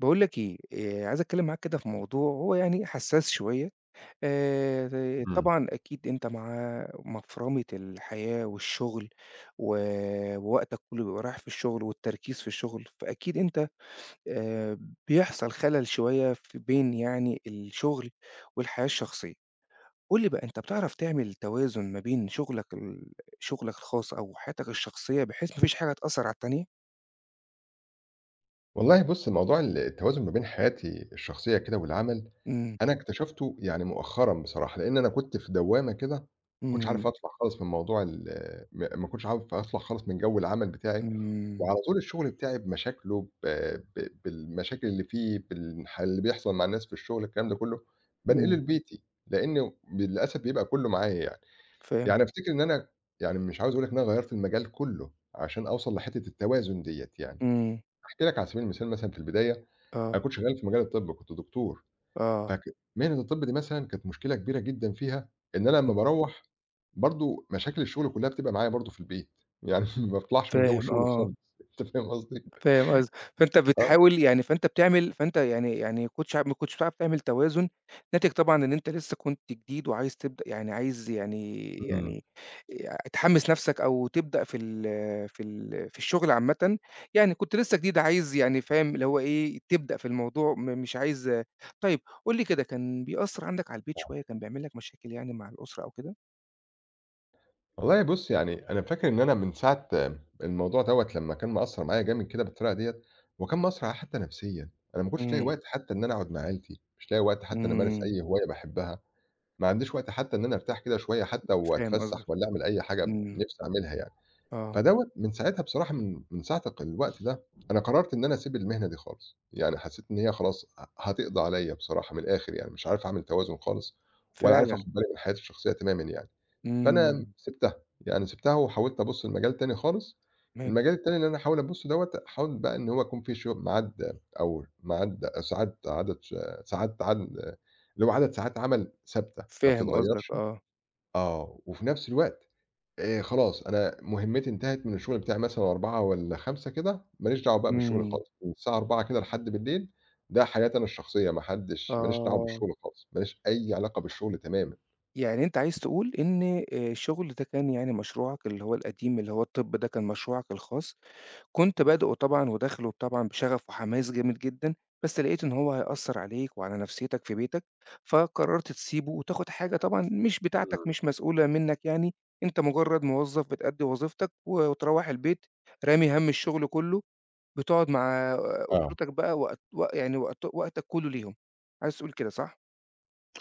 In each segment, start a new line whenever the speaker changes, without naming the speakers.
باقول لك إيه، عايز أتكلّم معاك كده في موضوع هو يعني حسّاس شوية،
إمم.
طبعًا أكيد أنت مع مفرمة الحياة والشغل و ووقتك كلّه بيبقى رايح في الشغل والتركيز في الشغل، فأكيد أنت آآ بيحصل خلل شوية في بين يعني الشغل والحياة الشخصية. قُل لي بقى أنت بتعرف تعمل توازن ما بين شغلك الخاص أو حياتك الشخصية بحيث ما فيش حاجة تأثّر على التانية؟
والله بُص، موضوع التوازن ما بين حياتي الشخصية كده والعمل،
إمم،
أنا اكتشفته يعني مؤخرًا بصراحة، لإن أنا كنت في دوّامة كده، ما كنتش عارف
إمم،
أطلع خالص من موضوع ال م ما كنتش عارف أطلع خالص من جو العمل بتاعي،
إمم،
وعلى طول الشغل بتاعي بمشاكله ب ب بالمشاكل اللي فيه، اللي بيحصل مع الناس في الشغل الكلام ده كله، بانقله
إمم،
لبيتي، لإنه للأسف بيبقى كله معايا يعني.
فاهم،
يعني أفتكر إن أنا يعني مش عاوز أقول لك إن أنا غيّرت المجال كله عشان أوصل لحتة التوازن ديّة يعني.
إمم.
هاحكي لك على سبيل المثال مثلًا في البداية، أنا
آه،
كنت شغال في مجال الطب، كنت دكتور،
آه،
فك مهنة الطب دي مثلًا كانت مشكلة كبيرة جدًا فيها إن أنا لمّا
امم،
باروّح برضه مشاكل الشغل كلّها بتبقى معايا برضه في البيت، يعني ما باطلعش من جو
فاهم
الشغل
آه،
خالص، أنت فاهم قصدي؟
فاهم قصدك، فأنت
آه،
بتحاول يعني فأنت بتعمل فأنت يعني يعني ما كنتش بتعرف تعمل توازن، ناتج طبعًا إن أنت لسه كنت جديد وعايز تبدأ يعني عايز يعني
إمم،
يعني تحمّس نَفْسك أو تبدأ في الشغل عامةً، يعني كنت لسه جديد عايز يعني فاهم اللي هو إيه، تبدأ في الموضوع مش عايز طيب قُل لي كده كان بيأثّر عندك على البيت شوية، كان بيعمل لك مشاكل يعني مع الأسرة أو كده؟
والله بُص يعني أنا فاكر إن أنا من ساعة الموضوع دوّة لمّا كان مأثّر معايا جامد كده بالطريقة ديّة، وكان مأثّر عليّا حتى نفسيًا، أنا ما كنتش لاقي
إمم،
وقت حتى إن أنا أقعد مع عيلتي، مش لاقي وقت حتى إني أمارس
إمم،
أي هواية باحبها. ما عنديش وقت حتى إن أنا أرتاح كده شوية حتى
فاهم
وأتفسّح
قصدك،
والّا أعمل أي حاجة
إمم،
نِفْسي أعملها يعني،
آه.
فدوّة من ساعتها بصراحة من ساعة الق الوقت ده، أنا قررت إن أنا أسيب المهنة دي خالص، يعني حسّيت إن هي خلاص هتقضي عليّا بصراحة من الآخر يعني، مش عارف أعمل توازن خالص ولا عارف
فعلًا،
آخُد بالي من حياتي الشخصية تمامًا يعني. فأنا
إمم،
سِبتها، يعني سِبتها وحاولت أبُص لمجال تاني خالص،
تمام،
المجال التاني اللي أنا هاحاول أبُصّه دوّة، هاحاول بقى إن هو يكون فيه ميعاد أو ميعاد ساعات عدد ش ساعات عد اللي هو عدد ساعات عمل ثابتة ما
فاهم قصدك
بتتغيّرش.
آه،
آه، وفي نفس الوقت خلاص أنا مهمتي انتهت من الشغل بتاعي مثلًا 16:00 والّا 17:00 كده، ما ليش دعوة بقى بالشغل
إمم،
خالص، من الساعة 16:00 كده لحد بالليل، ده حياتي أنا الشخصية، ما حدش ما ليش دعوة
آه،
بالشغل خالص، ما ليش أي علاقة بالشغل تمامًا.
يعني أنت عايز تقول إن الشغل ده كان يعني مشروعك اللي هو القديم، اللي هو الطب ده كان مشروعك الخاص، كنت بادئه طبعًا وداخله طبعًا بشغف وحماس جامد جدًا، بس لقيت إن هو هيأثّر عليك وعلى نفسيتك في بيتك، فقررت تسيبه وتاخد حاجة طبعًا مش بتاعتك،
إمم.
مش مسؤولة منك يعني، أنت مجرد موظف بتأدّي وظيفتك وتروّح البيت رامي هَم الشغل كله. بتقعد مع
آه.
أسرتك بقى وقت وق يعني وقت وقتك كُلّه ليهم، عايز تقول كده صح؟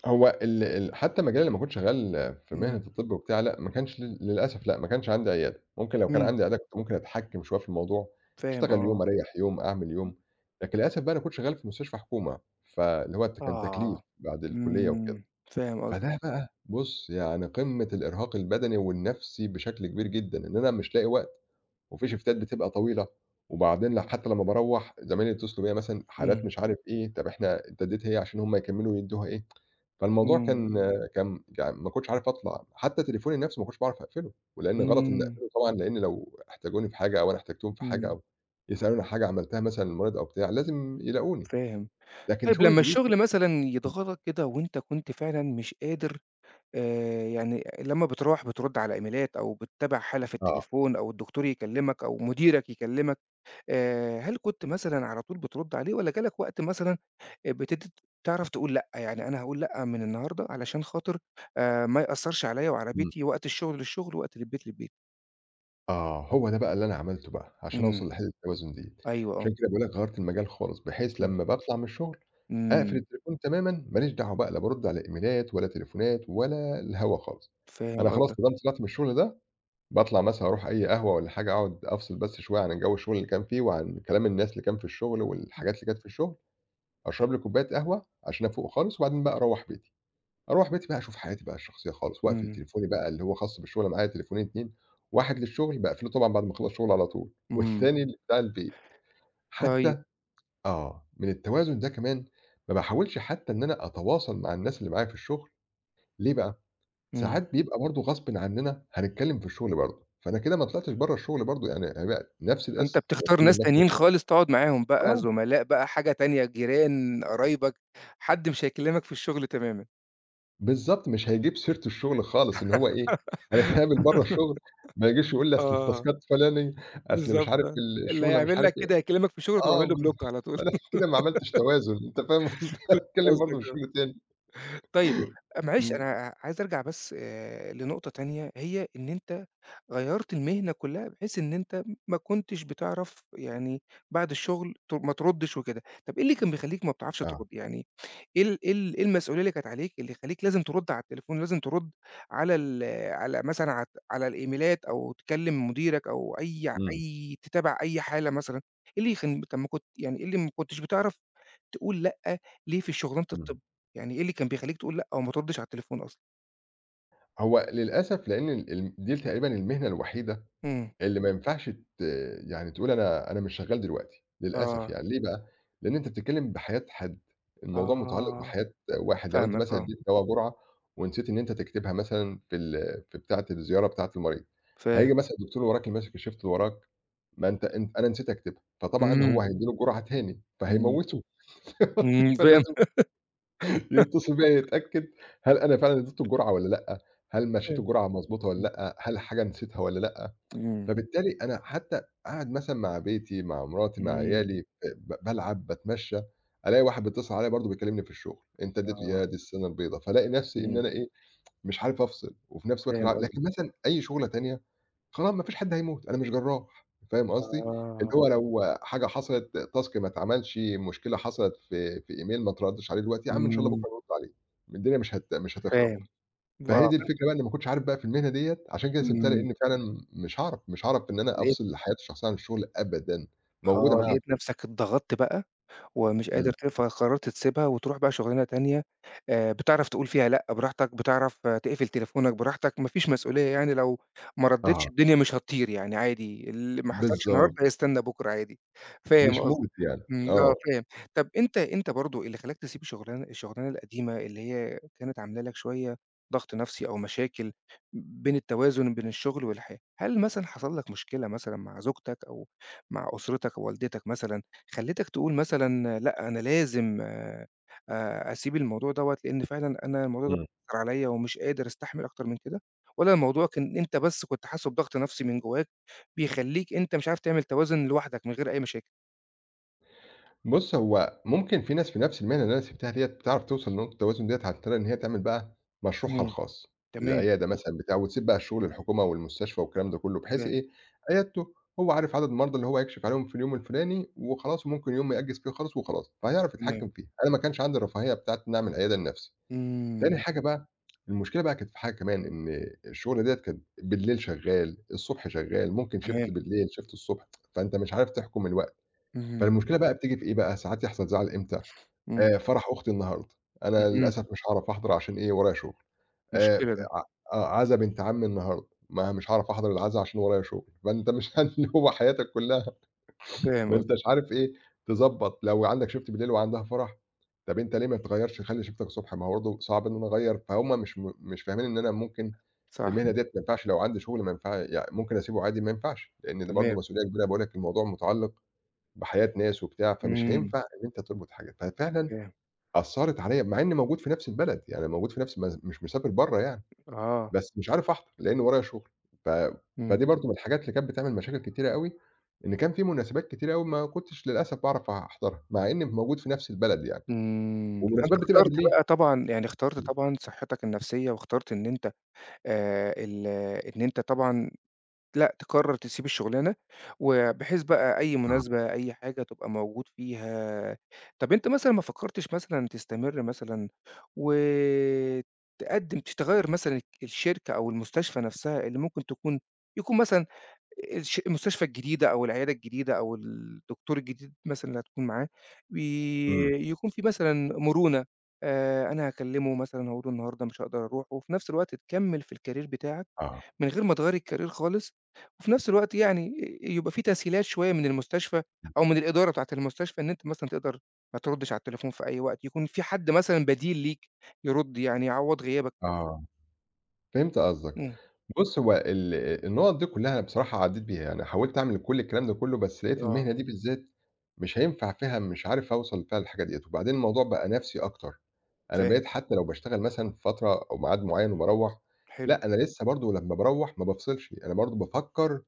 هو ال ال حتى مجالي لمّا كنت شغال في
إمم،
مهنة الطب وبتاع، لأ ما كانش للأسف لأ، ما كانش عندي عيادة، ممكن لو كان
إمم،
عندي عيادة كنت ممكن أتحكّم شوية في الموضوع،
فاهم
أشتغل يوم،
آه،
أريّح يوم، أعمل يوم، لكن للأسف بقى أنا كنت شغال في مستشفى حكومة، فاللي هو كان تكليف
آه،
بعد الكلية وكده،
إمم، فاهم قصدك،
فده بقى بُص يعني قمة الإرهاق البدني والنفسي بشكل كبير جدًا، إن أنا مش لاقي وقت، وفي شيفتات بتبقى طويلة، وبعدين حتى لمّا باروّح زمايلي يتصلوا بيّا مثلًا حالات
إمم،
مش عارف إيه، طب إحنا أنت ادّيت هي عشان هم يكمّلوا يدّوها إيه؟ فالموضوع
إمم،
كان كان يعني ما كنتش عارف أطلع، حتى تليفوني نَفْسه ما كنتش باعرف أقفله، ولإن غلط إنّي
إمم،
أقفله طبعًا لإن لو احتاجوني في حاجة أو أنا احتجتهم في حاجة
إمم،
أو يسألوني عن حاجة عملتها مثلًا لمريض أو بتاع، لازم يلاقوني،
فاهم.
لكن
طيب
شغلي
لمّا
الجديد ده
الشغل مثلًا يضغطك كده وأنت كنت فعلًا مش قادر يعني لمّا بتروّح بترُد على إيميلات أو بتتابع حالة في
آه،
التليفون أو الدكتور يكلمك أو مديرك يكلمك هل كنت مثلًا على طول بترُد عليه والّا جالك وقت مثلًا بتبتدي تعرف تقول لأ، يعني أنا هاقول لأ من النهارده علشان خاطر ما يأثّرش عليّا وعلى
إمم،
بيتي، وقت الشغل للشغل، وقت للبيت للبيت.
آه، هو ده بقى اللي أنا عملته بقى عشان
إمم،
أوصل لحِلّة التوازن ديّة،
أيوه آه،
عشان كده باقول لك غيّرت المجال خالص، بحيث
إمم،
لمّا باطلع من الشغل أقفل
إمم،
التليفون تمامًا، ما ليش دعوة بقى لا بارُد على إيميلات ولا تليفونات ولا الهوا خالص، أنا
فاهم قصدك.
خلاص ما دام طلعت من الشغل ده باطلع مثلًا أروح أي قهوة والّا حاجة أقعد أفصل بس شوية عن جو الشغل اللي كان فيه، وعن كلام الناس اللي كان في الشغل والحاجات اللي كانت في الشغل، أشرب لي كوباية قهوة عشان أفوق خالص، وبعدين بقى أروّح بيتي. أروّح بيتي بقى أشوف حياتي بقى الشخصية خالص، وأقفل
إمم،
تليفوني بقى اللي هو خاص بالشغل معايا تليفونين 2، واحد للشغل باقفله طبعًا بعد ما أخلّص شغل على طول،
إمم،
والتاني بتاع البيت.
طيب،
حتى آه، من التوازن ده كمان ما باحاولش حتى إن أنا أتواصل مع الناس اللي معايا في الشغل، ليه بقى؟
إمم،
ساعات بيبقى برضه غصبٍ عننا هنتكلّم في الشغل برضه، فأنا كده ما طلعتش برّه الشغل برضه، يعني هيبقى نفس
فأنت
القِصّة،
بتختار
هنتكلّم
ناس
مثلًا
تانيين خالص تقعد معاهم بقى،
آه،
زملاء بقى، حاجة تانية، جيران، قرايبك، حد مش هيكلمك في الشغل تمامًا.
بالضبط، مش هيجيب سيرة الشغل خالص إن هو إيه، هنتقابل برّه الشغل، ما يجيش يقول لي أصل
آه،
التاسكات فلانية، أصل مش
بالضبط،
عارف
آه. اللي
الشغلة مش
هيعمل
عارف
لك
إيه،
كده هيكلمك في الشغل تقوم
آه
عامل له
بالضبط،
بلوك على طول.
فأنا كده ما عملتش توازن، أنت فاهم قصدي،
فاهم
هاتكلّم برضه
قصدك
في
آه.
الشغل تاني.
طيب آه، معلش
إمم.
أنا عايز أرجع بس لنقطة تانية، هي إن أنت غيّرت المهنة كلّها بحيث إن أنت ما كنتش بتعرف يعني بعد الشغل ما تردّش وكده، طب إيه اللي كان بيخلّيك ما بتعرفش
آه،
ترُد؟ يعني إيه المسؤولية اللي كانت عليك اللي يخلّيك لازم ترُد على التليفون، لازم ترُد على ال على مثلًا على الإيميلات أو تكلّم مديرك أو
إمم،
أي تتابع أي حالة مثلًا، إيه اللي يخن طب ما كنت يعني إيه اللي ما كنتش بتعرف تقول لأ ليه في شغلانة
إمم.
الطب؟ يعني إيه اللي كان بيخلّيك تقول لأ وما تردّش على التليفون أصلًا؟
هو للأسف لإن ال الم دي تقريبًا المهنة الوحيدة
إمم.
اللي ما ينفعش يعني تقول أنا مش شغّال دلوقتي، للأسف
آه،
يعني، ليه بقى؟ لإن أنت بتتكلّم بحياة حد، الموضوع متعلّق
آه،
بحياة واحد، لو أنت
فاهمك
مثلًا
آه،
ادّيت دوا جرعة ونسيت إن أنت تكتبها مثلًا في بتاعة الزيارة بتاعة المريض،
فاهم.
هييجي مثلًا الدكتور اللي وراك اللي ماسك الShift اللي وراك، ما أنت أن أنا نسيت أكتبها، فطبعًا هو
إمم،
هيدّي له الجرعة تاني،
إمم،
فهيموّتُه قصدي
إمم،
فلازم
فاهم
يتصل بيّا يتأكد هل أنا فعلًا ادّيته الجرعة والّا لأ، هل مشّيت
فاهم.
الجرعة مضبوطة والّا
إمم،
لأ، هل حاجة نسيتها والّا لأ،
إمم،
فبالتالي أنا حتى قاعد مثلًا مع بيتي، مع مراتي، مع
إمم،
عيالي، بالعب، باتمشى، ألاقي واحد بيتصل عليَّ برضه بيكلمني في الشغل، أنت اديت
آه،
يا دي السنة البيضا، فالاقي نفسي إن
إمم،
أنا إيه، مش عارف أفصل، وفي نفس الوقت مش
فاهم
عارف
قصدك.
لكن مثلًا أي شغلة تانية خلاص ما فيش حد هيموت، أنا مش جراح، فاهم قصدي؟ اللي
آه،
هو لو حاجة حصلت، تاسك ما اتعملش، مشكلة حصلت في إيميل ما اتردش عليه دلوقتي، يا عم إن شاء الله
إمم،
بكرة نرد عليه، الدنيا مش هتخرب.
فاهم.
فهي
آه،
دي الفكرة بقى إني ما كنتش عارف بقى في المهنة ديّة، عشان كده سِبتها
إمم،
لإن فعلًا مش هاعرف، مش هاعرف إن أنا
لقيت
أفصل حياتي الشخصية عن الشغل أبدًا، موجودة
آه،
معايا على
لقيت
طول.
نَفْسك اتضغطت بقى ومش قادر
إمم.
فقررت تسيبها وتروح بقى شغلانة تانية بتعرف تقول فيها لأ براحتك، بتعرف آه، تقفل تليفونك براحتك، ما فيش مسؤولية يعني لو ما رديتش
آه،
الدنيا مش هتطير يعني عادي، اللي ما حصلش النهارده
بالضبط،
هيستنى بُكرة عادي، فاهم
مش مُمْتِع
قصدك،
يعني.
إمم،
آه.
آه فاهم. طب أنت أنت برضه اللي خلاك تسيب شغلانة الشغلانة القديمة اللي هي كانت عاملة لك شوية ضغط نفسي أو مشاكل بين التوازن بين الشغل والحياة، هل مثلًا حصل لك مشكلة مثلًا مع زوجتك أو مع أسرتك أو والدتك مثلًا؟ خلّتك تقول مثلًا لأ، أنا لازم أسيب الموضوع دوّة، لإن فعلًا أنا الموضوع ده
إمم.
مأثّر عليَّ ومش قادر أستحمل أكتر من كده، والّا الموضوع كان أنت بس كنت حاسس بضغط نفسي من جواك، بيخلّيك أنت مش عارف تعمل توازن لوحدك من غير أي مشاكل؟
بُص، هو ممكن في ناس في نفس المهنة اللي أنا سِبتها ديّة بتعرف توصل لنقطة التوازن ديّة عن طريق إن هي تعمل بقى مشروعها
إمم،
الخاص،
تمام،
العيادة مثلًا بتاع وتسيب بقى شغل الحكومة والمستشفى والكلام ده كُلّه، بحيث
فاهم،
إيه، عيادته هو عارف عدد المرضى اللي هو هيكشف عليهم في اليوم الفلاني وخلاص وممكن يوم يأجّز فيه خالص وخلاص، فهيعرف
تمام،
يتحكّم فيها، أنا ما كانش عندي الرفاهية بتاعة إن أعمل عيادة لنفسي. تاني
إمم،
حاجة بقى، المشكلة بقى كانت في حاجة كمان إن الشغل ديّة كان بالليل شغّال، الصبح شغّال، ممكن shift
تمام،
بالليل، shift الصبح، فأنت مش عارف تحكُم الوقت.
اهم،
فالمشكلة بقى بتيجي في إيه بقى، ساعات يحصل زعل إمتى،
إمم،
فرح أختي النهارده، أنا
اهم،
للأسف مش هاعرف أحضر عشان إيه، ورايا شغل،
مشكلة
ف
ده،
ع آه، عزا بنت عمي النهارده، ما مش هاعرف أحضر العزا عشان ورايا شغل، فأنت مش اللي هو حياتك كلّها، ما
فاهم
أنتش
قصدك،
عارف إيه، تضبّط لو عندك shift بالليل وعندها فرح، طب أنت ليه ما تغيّرش خلّي شيفتك الصبح، ما هو برضه صعب إن أنا أغيّر، فهُم مش فاهمين إن أنا ممكن
صح،
المهنة ديّة ما ينفعش لو عندي شغل ما ينفع يعني ممكن أسيبه عادي ما ينفعش، لإن دي
تمام،
برضه مسؤولية كبيرة، باقول لك الموضوع متعلق بحياة ناس وبتاع، فمش
إمم،
هينفع إن أنت تربط حاجة، ففعلًا
فاهم،
أثّرت عليَّ مع إني موجود في نفس البلد، يعني أنا موجود في نفس ما مش مسافر برّه يعني،
آه،
بس مش عارف أحضر لإن ورايا شغل، ف
إمم.
فدي برضه من الحاجات اللي كانت بتعمل مشاكل كتيرة أوي، إن كان في مناسبات كتيرة أوي ما كنتش للأسف باعرف أحضرها، مع إني موجود في نفس البلد يعني،
إمم، فأنت
والمناسبات بتبقى
اخترت
بالليل.
بقى طبعًا يعني اخترت
إمم،
طبعًا صحتك النفسية، واخترت إن أنت ال إن أنت طبعًا لأ، تقرر تسيب الشغلانة، وبحيث بقى أي
آه،
مناسبة، أي حاجة تبقى موجود فيها. طب أنت مثلًا ما فكرتش مثلًا تستمر مثلًا، وتقدم تش تغيّر مثلًا الشركة أو المستشفى نفسها اللي ممكن يكون مثلًا المستشفى الجديدة أو العيادة الجديدة أو الدكتور الجديد مثلًا اللي هتكون معاه،
إمم،
يكون في مثلًا مرونة، أنا هاكلمه مثلًا هاقول له النهارده مش هاقدر أروح، وفي نفس الوقت تكمّل في الcareer بتاعك
آه،
من غير ما تغيّر الcareer خالص، وفي نفس الوقت يعني يبقى في تسهيلات شوية من المستشفى
إمم،
أو من الإدارة بتاعة المستشفى إن أنت مثلًا تقدر ما تردش على التليفون في أي وقت، يكون في حد مثلًا بديل ليك يرُد يعني يعوّض غيابك.
آه، فهمت قصدك.
إمم،
بُص، هو ال النُقط دي كلّها أنا بصراحة عدّيت بيها، يعني حاولت أعمل كل الكلام ده كلّه، بس لقيت
آه،
المهنة دي بالذات مش هينفع فيها مش عارف أوصل فيها للحاجة ديّة، وبعدين الموضوع بقى نَفْسي أكتر، أنا
فاهم،
بقيت حتى لو باشتغل مثلًا فترة أو ميعاد معيّن وباروّح،
حلو.
لأ أنا لسه برضه لمّا باروّح ما بافصلش، أنا برضه بافكّر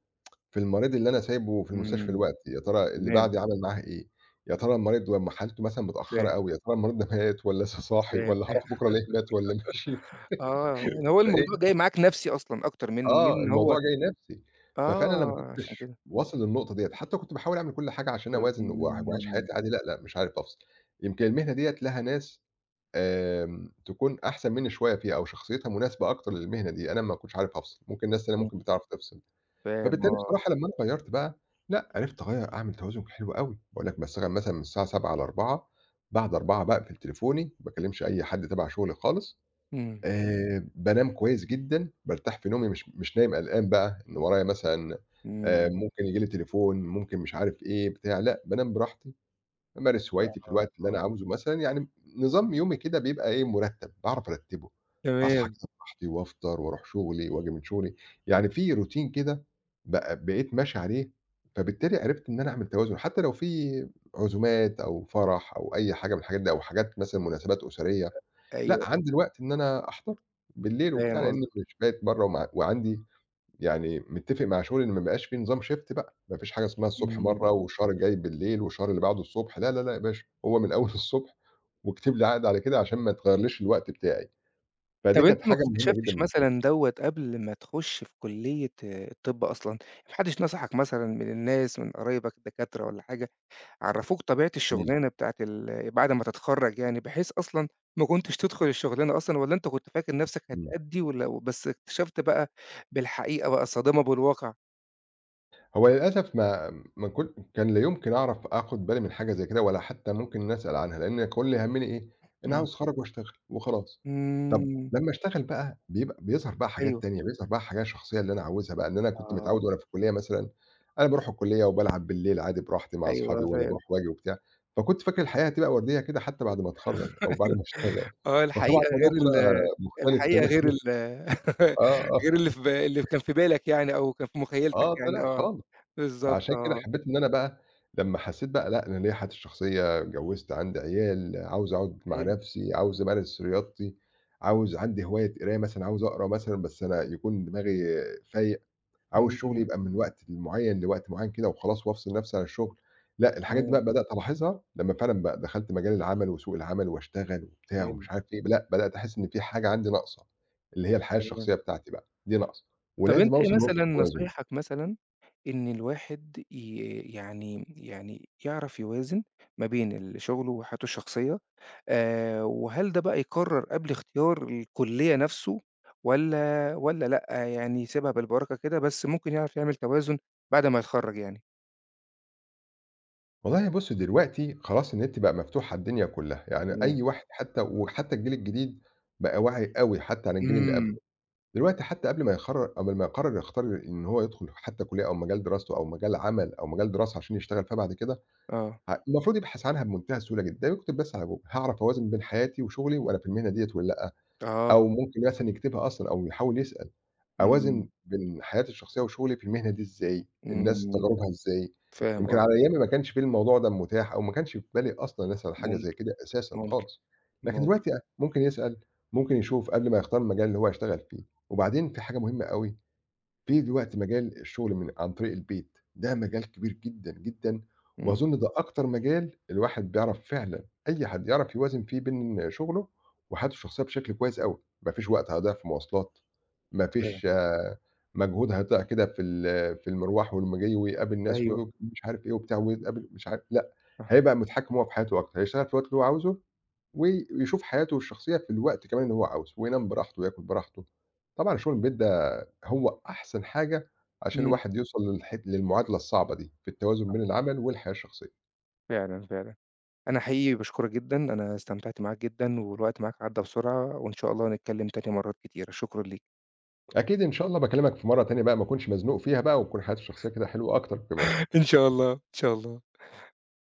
في المريض اللي أنا سايبه في المستشفى
إمم،
دلوقتي، يا ترى اللي
تمام،
بعدي عمل معاه إيه، يا ترى المريض لمّا حالته مثلًا متأخّرة
فاهم،
أوي، يا ترى المريض ده مات والّا لسه صاحي
فاهم،
والّا هاروح
فاهم.
بكرة ألاقيه مات والّا مشي
آه، يعني هو
والّا إيه،
الموضوع جاي معاك نَفْسي أصلًا أكتر من
آه،
إن هو
الموضوع جاي نَفْسي، ففعلًا أنا ما
آه، عشان
كنتش
كده.
واصل للنقطة ديّة، حتى كنت باحاول أعمل كل حاجة عشان أوازن وأعيش
إمم،
حياتي عادي، لأ، لأ، مش عارف أفصل، يمكن المهنة ديّة لها ناس تكون أحسن منّي شوية فيها أو شخصيتها مناسبة أكتر للمهنة دي، أنا ما كنتش عارف أفصل، ممكن ناس تانية
إمم،
ممكن بتعرف تفصل،
فاهم
فبالتالي
آه،
بصراحة لمّا أنا غيّرت بقى، لأ، عرفت أغيّر أعمل توازن حلو أوي، باقول لك باشتغل مثلًا من الساعة 07:00 ل16:00 بعد 16:00 باقفل تليفوني، ما باكلمش أي حد تبع شغلي خالص.
إمم،
بانام كويس جدًا، بارتاح في نومي مش نايم قلقان بقى إن ورايا مثلًا
إمم،
ممكن ييجي لي تليفون، ممكن مش عارف إيه، بتاع، لأ، بانام براحتي، بامارس هوايتي في الوقت اللي
آه،
أنا عاوزه مثلًا، يعني نظام يومي كده بيبقى إيه، مرتّب، باعرف أرتّبه، أصحى
تمام،
كده براحتي وأفطر وأروح شغلي وآجي من شغلي، يعني في روتين كده بقى بقيت ماشي عليه، فبالتالي عرفت إن أنا أعمل توازن، حتى لو في عزومات أو فرح أو أي حاجة من الحاجات دي أو حاجات مثلًا مناسبات أسرية، لأ،
أيوه،
عندي الوقت إن أنا أحضر بالليل وبتاع،
فاهم
لإني
قصدك،
مش بايت برّه وعندي يعني متّفق مع شغلي إن ما بقاش في نظام shift بقى، ما فيش حاجة اسمها الصبح
إمم.
مرّه والشهر الجاي بالليل والشهر اللي بعده الصبح، لا، لا، لا يا باشا، هو من أول الصبح واكتب لي عقد على كده عشان ما يتغيّرليش الوقت بتاعي،
طَب
فدي
أنت
كانت
ما
حاجة مهمة جدًا
اكتشفتش
بالنسبة لي.
مثلًا دوّة قبل ما تخُش في كُلّية الطِب أصلًا؟ ما حدش نصحك مثلًا من الناس، من قرايبك الدكاترة والّا حاجة؟ عرّفوك طبيعة
إمم،
الشغلانة بتاعة ال بعد ما تتخرّج يعني، بحيث أصلًا ما كنتش تدخل الشغلانة أصلًا والّا أنت كنت فاكر نَفْسك
إمم.
هتأدّي ولو بس اكتشفت بقى بالحقيقة بقى الصادمة بالواقع؟
هو للأسف ما ما كنت كان لا يمكن أعرف آخُد بالي من حاجة زي كده ولا حتّى ممكن إن أسأل عنها، لإن كل هَمّنا إيه، إن
إمم.
عاوز أتخرّج وأشتغل وخلاص. طَب
إمم.
لمّا أشتغل بقى بيبقى بيظهر بقى حاجات
أيوه.
تانية، بيظهر بقى حاجة شخصية اللي أنا عاوزها بقى، إن أنا كنت
آه.
متعوّد وأنا في الكُلّية مثلًا، أنا باروح الكُلّية وبالعب بالليل عادي براحتي مع
أيوه
أصحابي
آه،
وأنا
فاهم.
باروح وآجي وبتاع، فكنت فاكر الحياة هتبقى ورديّة كده حتّى بعد ما أتخرّج أو بعد ما أشتغل،
آه.
فطبعًا الموضوع طلع مختلف
الحقيقة
تمامًا.
غير ال
آه، آه،
غير اللي في ب اللي كان في بالك يعني أو كان في مُخيّلتك
آه،
يعني
طلع
آه.
خالص.
بالضبط
فعشان كده
آه.
حبيت إن أنا بقى لمّا حسيت بقى لأ، أنا ليّا حياتي الشخصية، اتجوّزت، عندي عيال، عاوز أقعد مع
حلو.
نَفْسي، عاوز أمارس رياضتي، عاوز عندي هواية قراية مثلًا، عاوز أقرا مثلًا بس أنا يكون دماغي فايق، عاوز شُغلي يبقى
إمم.
من وقت معيّن لوقت معيّن كده وخلاص وأفصل نَفْسي عن الشُغل. لأ، الحاجات دي
تمام.
بقى بدأت ألاحظها لمّا فعلًا بقى دخلت مجال العمل وسوق العمل واشتغل وبتاع
حلو.
ومش عارف إيه، لأ، بدأت أحس إن في حاجة عندي ناقصة، اللي هي الحياة الشخصية
تمام.
بتاعتي بقى، دي ناقصة
طب
ولازم
أنت
أوصل
إيه
لنقطة
مثلًا
توازن.
نصايحك مثلًا إن الواحد ي يعني يعني يعرف يوازن ما بين شغله وحياته الشخصية، وهل ده بقى يقرر قبل اختيار الكلية نفسه والّا لأ، يعني يسيبها بالبركة كده بس ممكن يعرف يعمل توازن بعد ما يتخرّج يعني؟
والله بُص دلوقتي خلاص النت بقى مفتوح على الدنيا كلّها، يعني
إمم،
أي واحد حتى وحتى الجيل الجديد بقى واعي أوي حتى عن الجيل اللي قبله،
إمم،
دلوقتي حتى قبل ما يقرر يختار إن هو يدخل حتى كلية أو مجال دراسته أو مجال عمل أو مجال دراسة عشان يشتغل فيها بعد كده،
آه،
المفروض يبحث عنها بمنتهى السهولة جدًا، يكتب بس على Google هاعرف أوازن بين حياتي وشغلي وأنا في المهنة ديّة والّا لأ.
آه،
أو ممكن مثلًا يكتبها أصلًا أو يحاول يسأل،
إمم،
أوازن بين حياتي الشخصية وشغلي في المهنة دي إزاي، الناس
إمم،
تجاربها إزاي،
فاهم
يمكن
قصدك،
على أيامي ما كانش في الموضوع ده متاح أو ما كانش في بالي أصلًا أسأل حاجة زي
ممكن،
كده أساسًا
ممكن،
خالص، لكن
ممكن،
دلوقتي ممكن يسأل، ممكن يشوف قبل ما يختار المجال اللي هو هيشتغل فيه، وبعدين في حاجة مهمة أوي في دلوقتي مجال الشغل من عن طريق البيت، ده مجال كبير جدًا، جدًا،
إمم،
وأظن ده أكتر مجال الواحد بيعرف فعلًا أي حد يعرف يوازن فيه بين شغله وحياته الشخصية بشكل كويس أوي، ما فيش وقت هيضيع في مواصلات، ما
فاهم،
فيش مجهود هيضيع كده في المروح ولمّا جاي ويقابل ناس و
أيوه،
ومش عارف إيه وبتاع ويتقابل مش عارف لأ،
صح،
هيبقى متحكم هو في حياته أكتر، هيشتغل في الوقت اللي هو عاوزه ويشوف حياته الشخصية في الوقت كمان اللي هو عاوزه، وينام براحته وياكل براحته. طبعًا شغل البيت ده هو أحسن حاجة عشان
إمم،
الواحد يوصل للمعادلة الصعبة دي، في التوازن بين العمل والحياة الشخصية.
فعلًا، فعلًا. أنا حقيقي باشكرك جدًا، أنا استمتعت معاك جدًا، والوقت معاك عدّى بسرعة، وإن شاء الله نتكلم تاني مرات كتيرة، شكرًا ليك.
أكيد إن شاء الله باكلمك في مرّة تانية بقى ما أكونش مزنوق فيها بقى، وتكون حياتي الشخصية كده حلوة أكتر كمان.
إن شاء الله، إن شاء الله.